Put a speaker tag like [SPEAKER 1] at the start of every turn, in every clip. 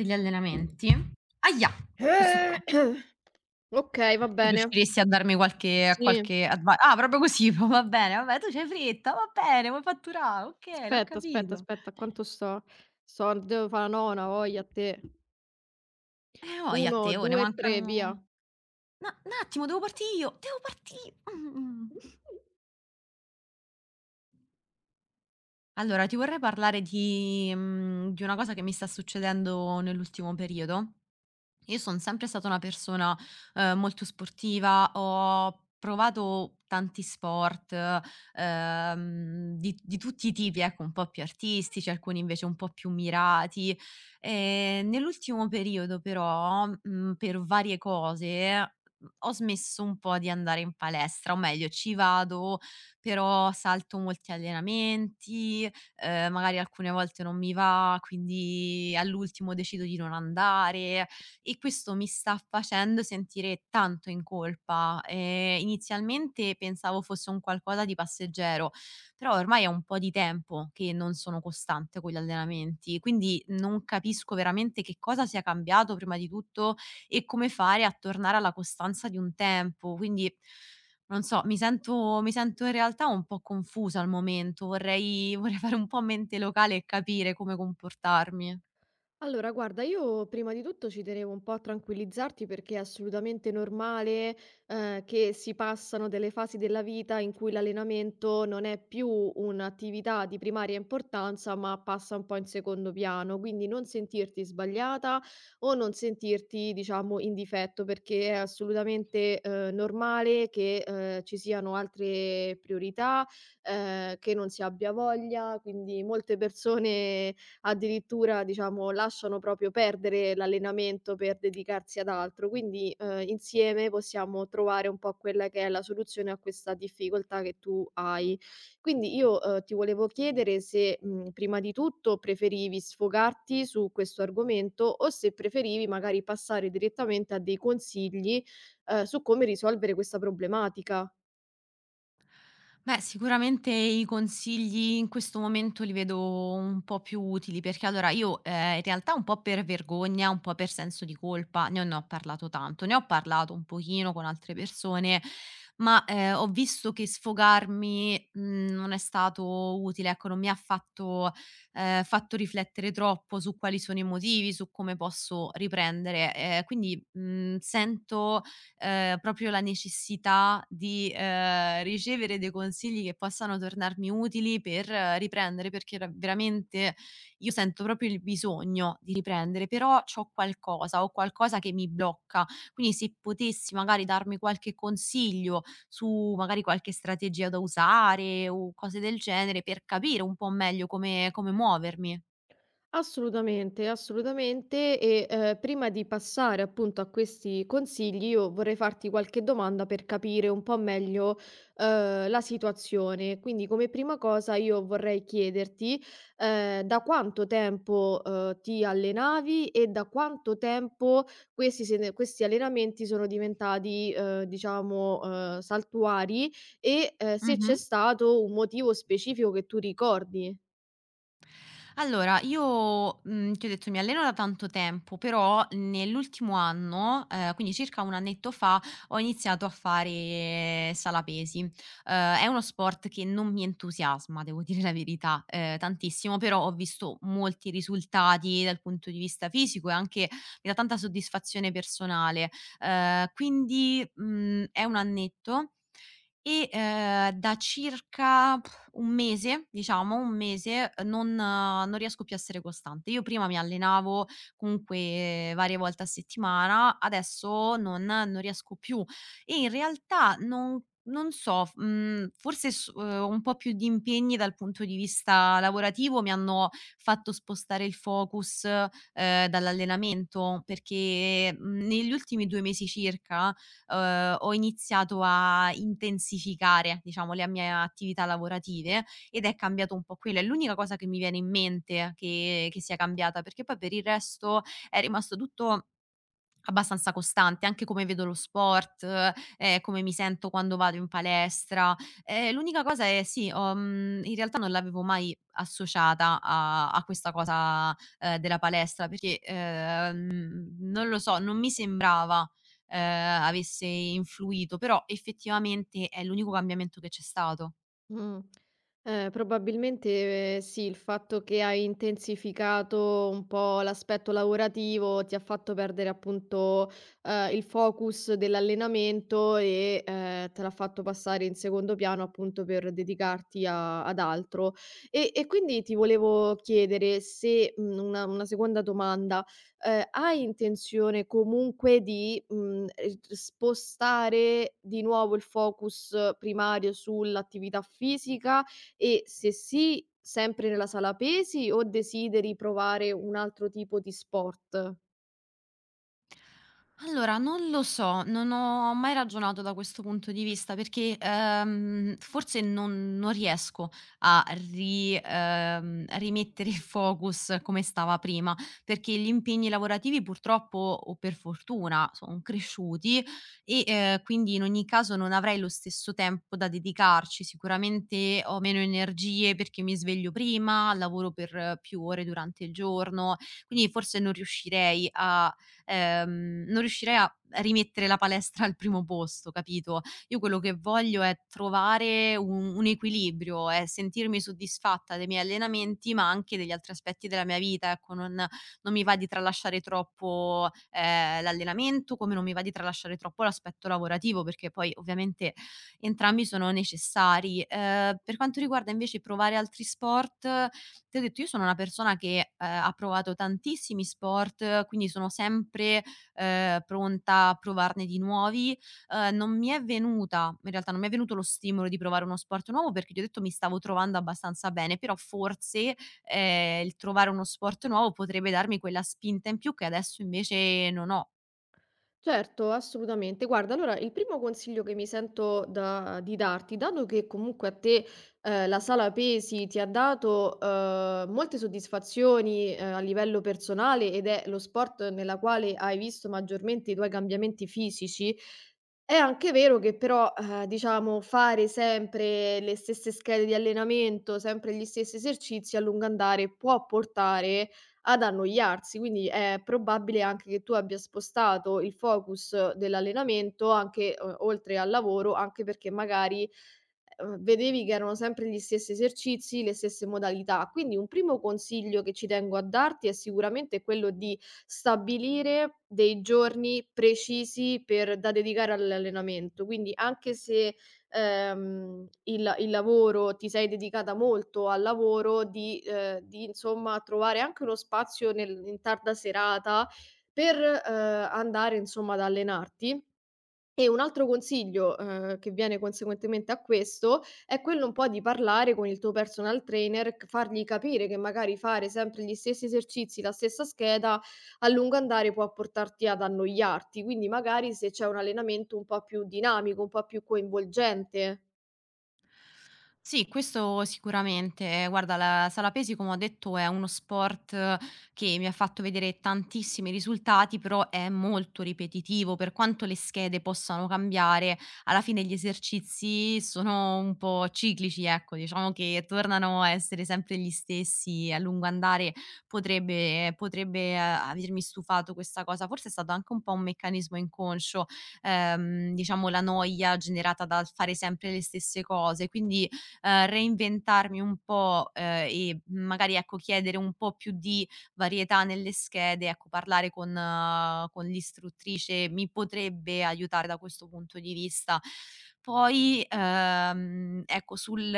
[SPEAKER 1] Degli allenamenti? Ahia! Questo qua.
[SPEAKER 2] Eh, Okay, va
[SPEAKER 1] Tu
[SPEAKER 2] bene.
[SPEAKER 1] riusciresti a darmi qualche
[SPEAKER 2] Sì.
[SPEAKER 1] qualche adva ah, proprio così, po va bene, vabbè, tu c'hai fretta, va bene, vuoi fatturà, okay, l'ho
[SPEAKER 2] Aspetta, aspetta,
[SPEAKER 1] capito.
[SPEAKER 2] aspetta, a quanto sto? Sto devo fa la nona, ha voglia a te.
[SPEAKER 1] Oia a
[SPEAKER 2] 1,
[SPEAKER 1] te, oh, ne
[SPEAKER 2] 2,
[SPEAKER 1] mancano
[SPEAKER 2] 3, via.
[SPEAKER 1] na n'attimo, devo partì io, devo partì! Mh-mh. Allora, ti vorrei parlare di, di una cosa che mi sta succedendo nell'ultimo periodo. Io son sempre stata una persona, molto sportiva, ho provato tanti sport, di tutti i tipi, ecco, un po' più artistici, alcuni invece un po' più mirati. Nell'ultimo periodo però, per varie cose, ho smesso un po' di andare in palestra, o meglio ci vado, però salto molti allenamenti, magari alcune volte non mi va, quindi all'ultimo decido di non andare e questo mi sta facendo sentire tanto in colpa. Inizialmente pensavo fosse un qualcosa di passeggero, però ormai è un po' di tempo che non sono costante con gli allenamenti, quindi non capisco veramente che cosa sia cambiato prima di tutto e come fare a tornare alla costanza di un tempo. Quindi non so, mi sento in realtà un po' confusa al momento, vorrei vorrei fare un po' mente locale e capire come comportarmi.
[SPEAKER 2] Allora, guarda, io prima di tutto ci tenevo un po' a tranquillizzarti perché è assolutamente normale, che si passano delle fasi della vita in cui l'allenamento non è più un'attività di primaria importanza, ma passa un po' in secondo piano. Quindi non sentirti sbagliata o non sentirti, diciamo, in difetto, perché è assolutamente, normale che, ci siano altre priorità, che non si abbia voglia. Quindi molte persone addirittura diciamo lasciano proprio perdere l'allenamento per dedicarsi ad altro. Quindi, insieme possiamo trovare un po' quella che è la soluzione a questa difficoltà che tu hai. Quindi io, ti volevo chiedere se, prima di tutto preferivi sfogarti su questo argomento o se preferivi magari passare direttamente a dei consigli, su come risolvere questa problematica.
[SPEAKER 1] Beh, sicuramente i consigli in questo momento li vedo un po' più utili, perché allora io, in realtà un po' per vergogna, un po' per senso di colpa, non ne ho parlato tanto. Ne ho parlato un pochino con altre persone, ma, ho visto che sfogarmi, non è stato utile, ecco, non mi ha fatto riflettere troppo su quali sono i motivi, su come posso riprendere. Sento proprio la necessità di, ricevere dei consigli che possano tornarmi utili per riprendere, perché ra veramente io sento proprio il bisogno di riprendere, però ho qualcosa che mi blocca. Quindi se potessi magari darmi qualche consiglio su magari qualche strategia da usare o cose del genere per capire un po' meglio come muovermi.
[SPEAKER 2] Assolutamente, assolutamente. Prima di passare appunto a questi consigli, io vorrei farti qualche domanda per capire un po' meglio la situazione. Quindi, come prima cosa, io vorrei chiederti da quanto tempo ti allenavi e da quanto tempo questi, se- questi allenamenti sono diventati, diciamo, saltuari se
[SPEAKER 1] Mh-mh.
[SPEAKER 2] c'è stato un motivo specifico che tu ricordi.
[SPEAKER 1] Allora, io, ti ho detto mi alleno da tanto tempo, però nell'ultimo anno, quindi circa 1 annetto fa, ho iniziato a fare sala pesi. È uno sport che non mi entusiasma, devo dire la verità, tantissimo, però ho visto molti risultati dal punto di vista fisico e anche mi dà tanta soddisfazione personale. È 1 annetto e, da circa 1 mese, diciamo, 1 mese non riesco più a essere costante. Io prima mi allenavo comunque varie volte a settimana, adesso non riesco più e in realtà non so, f mhmm, forse s un po' più di impegni dal punto di vista lavorativo mi hanno fatto spostare il focus, dall'allenamento perché, negli ultimi 2 mesi circa ho iniziato a intensificare, diciamo, le mie attività lavorative ed è cambiato un po' quello. È l'unica cosa che mi viene in mente che sia cambiata, perché poi per il resto è rimasto tutto abbastanza costante, anche come vedo lo sport, come mi sento quando vado in palestra. L'unica cosa è sì, ho in realtà non l'avevo mai associata a questa cosa, della palestra perché, non lo so, non mi sembrava, avesse influito, però effettivamente è l'unico cambiamento che c'è stato.
[SPEAKER 2] Mh. Probabilmente, sì, il fatto che hai intensificato un po' l'aspetto lavorativo ti ha fatto perdere appunto, il focus dell'allenamento e te l'ha fatto passare in secondo piano appunto per dedicarti a ad altro. E quindi ti volevo chiedere se una seconda domanda, hai intenzione comunque di spostare di nuovo il focus primario sull'attività fisica e se sì, sempre nella sala pesi o desideri provare un altro tipo di sport?
[SPEAKER 1] Allora, non lo so, non ho mai ragionato da questo punto di vista perché, forse non riesco a ri rimettere il focus come stava prima, perché gli impegni lavorativi purtroppo o per fortuna son cresciuti e, quindi in ogni caso non avrei lo stesso tempo da dedicarci. Sicuramente ho meno energie perché mi sveglio prima, lavoro per più ore durante il giorno, quindi forse non riuscirei a ehm, non riuscirei a rimettere la palestra al primo posto, capito? Io quello che voglio è trovare un equilibrio, è sentirmi soddisfatta dei miei allenamenti, ma anche degli altri aspetti della mia vita, ecco, non mi va di tralasciare troppo, l'allenamento, come non mi va di tralasciare troppo l'aspetto lavorativo, perché poi ovviamente entrambi sono necessari. Per quanto riguarda invece provare altri sport, ti ho detto, io sono una persona che, ha provato tantissimi sport, quindi sono sempre, pronta a provarne di nuovi. Non mi è venuta in realtà non mi è venuto lo stimolo di provare uno sport nuovo perché ti ho detto mi stavo trovando abbastanza bene, però forse, il trovare uno sport nuovo potrebbe darmi quella spinta in più che adesso invece non ho.
[SPEAKER 2] Certo, assolutamente. Guarda, allora il primo consiglio che mi sento di darti, dato che comunque a te la sala pesi ti ha dato molte soddisfazioni a livello personale ed è lo sport nella quale hai visto maggiormente i tuoi cambiamenti fisici, è anche vero che però, diciamo fare sempre le stesse schede di allenamento, sempre gli stessi esercizi a lungo andare può portare ad annoiarsi, quindi è probabile anche che tu abbia spostato il focus dell'allenamento anche o oltre al lavoro, anche perché magari vedevi che erano sempre gli stessi esercizi, le stesse modalità. Quindi un primo consiglio che ci tengo a darti è sicuramente quello di stabilire dei giorni precisi per da dedicare all'allenamento. Quindi anche se, il lavoro ti sei dedicata molto al lavoro, di insomma trovare anche uno spazio nel in tarda serata per, andare insomma ad allenarti e un altro consiglio, che viene conseguentemente a questo, è quello un po' di parlare con il tuo personal trainer, c fargli capire che magari fare sempre gli stessi esercizi, la stessa scheda, a lungo andare può portarti ad annoiarti. Quindi magari se c'è un allenamento un po' più dinamico, un po' più coinvolgente.
[SPEAKER 1] Sì, questo sicuramente. Guarda, la sala pesi, come ho detto, è uno sport che mi ha fatto vedere tantissimi risultati, però è molto ripetitivo. Per quanto le schede possano cambiare, alla fine gli esercizi sono un po' ciclici, ecco, diciamo che tornano a essere sempre gli stessi. A lungo andare potrebbe avermi stufato questa cosa. Forse è stato anche un po' un meccanismo inconscio diciamo la noia generata dal fare sempre le stesse cose. Quindi, reinventarmi un po', e magari, ecco, chiedere un po' più di varietà nelle schede, ecco, parlare con l'istruttrice mi potrebbe aiutare da questo punto di vista. Poi, ecco, sul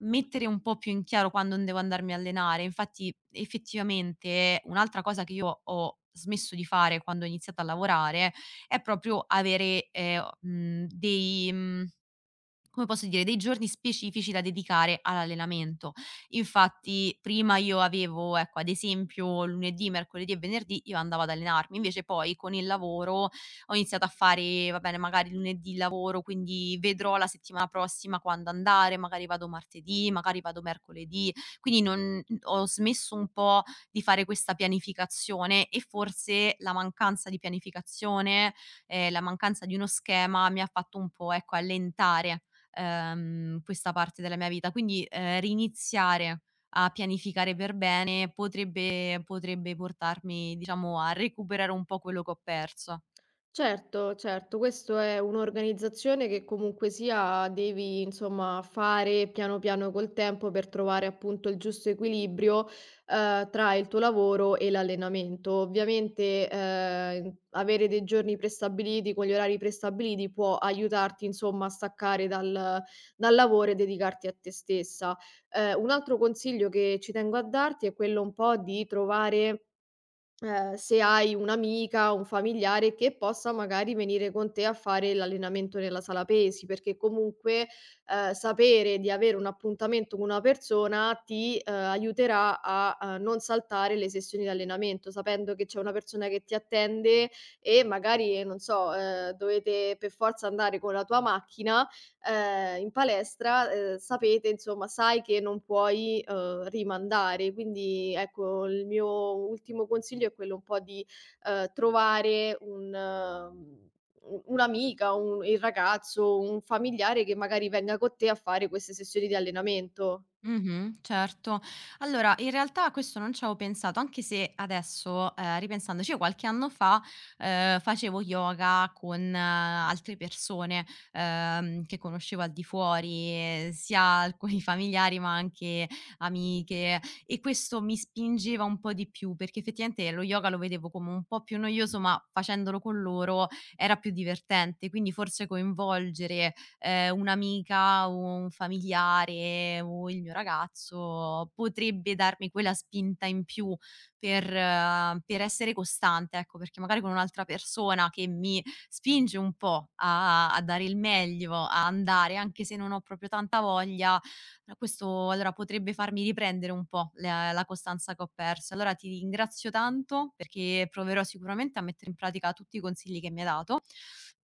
[SPEAKER 1] mettere un po' più in chiaro quando devo andarmi a allenare. Infatti, effettivamente, un'altra cosa che io ho smesso di fare quando ho iniziato a lavorare è proprio avere, mhmm, dei mhmm come posso dire, dei giorni specifici da dedicare all'allenamento. Infatti prima io avevo, ecco, ad esempio lunedì, mercoledì e venerdì io andavo ad allenarmi, invece poi con il lavoro ho iniziato a fare, va bene, magari lunedì lavoro, quindi vedrò la settimana prossima quando andare, magari vado martedì, magari vado mercoledì. Quindi non ho smesso un po' di fare questa pianificazione e forse la mancanza di pianificazione, la mancanza di uno schema mi ha fatto un po', ecco, allentare questa parte della mia vita. Quindi, riniziare a pianificare per bene potrebbe portarmi, diciamo, a recuperare un po' quello che ho perso.
[SPEAKER 2] Certo, certo, questo è un'organizzazione che comunque sia devi insomma fare piano piano col tempo per trovare appunto il giusto equilibrio tra il tuo lavoro e l'allenamento. Ovviamente avere dei giorni prestabiliti con gli orari prestabiliti può aiutarti insomma a staccare dal, dal lavoro e dedicarti a te stessa. Un altro consiglio che ci tengo a darti è quello un po' di trovare se hai un'amica, un familiare che possa magari venire con te a fare l'allenamento nella sala pesi, perché comunque, sapere di avere un appuntamento con una persona ti aiuterà a non saltare le sessioni di allenamento, sapendo che c'è una persona che ti attende e magari, non so, dovete per forza andare con la tua macchina, in palestra, sapete insomma, sai che non puoi, rimandare. Quindi ecco, il mio ultimo consiglio è quello un po' di, trovare un mhmm, u un'amica, un il ragazzo, un familiare che magari venga con te a fare queste sessioni di allenamento.
[SPEAKER 1] Mh-mh, certo. Allora, in realtà a questo non ci avevo pensato, anche se adesso, ripensandoci, io qualche anno fa, facevo yoga con altre persone, che conoscevo al di fuori, sia alcuni familiari, ma anche amiche, e questo mi spingeva un po' di più, perché effettivamente lo yoga lo vedevo come un po' più noioso, ma facendolo con loro era più divertente. Quindi forse coinvolgere, un'amica o un familiare o il mio ragazzo potrebbe darmi quella spinta in più per essere costante, ecco, perché magari con un'altra persona che mi spinge un po' a a dare il meglio, a andare, anche se non ho proprio tanta voglia, questo allora potrebbe farmi riprendere un po' la costanza che ho perso. Allora ti ringrazio tanto perché proverò sicuramente a mettere in pratica tutti i consigli che mi hai dato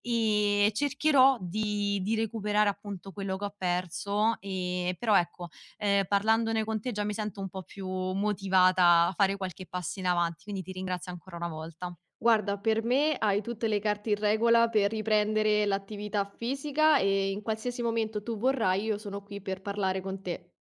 [SPEAKER 1] e cercherò di recuperare appunto quello che ho perso, però ecco, parlandone con te già mi sento un po' più motivata a fare qualche passo in avanti, quindi ti ringrazio ancora una volta.
[SPEAKER 2] Guarda, per me hai tutte le carte in regola per riprendere l'attività fisica e in qualsiasi momento tu vorrai io sono qui per parlare con te.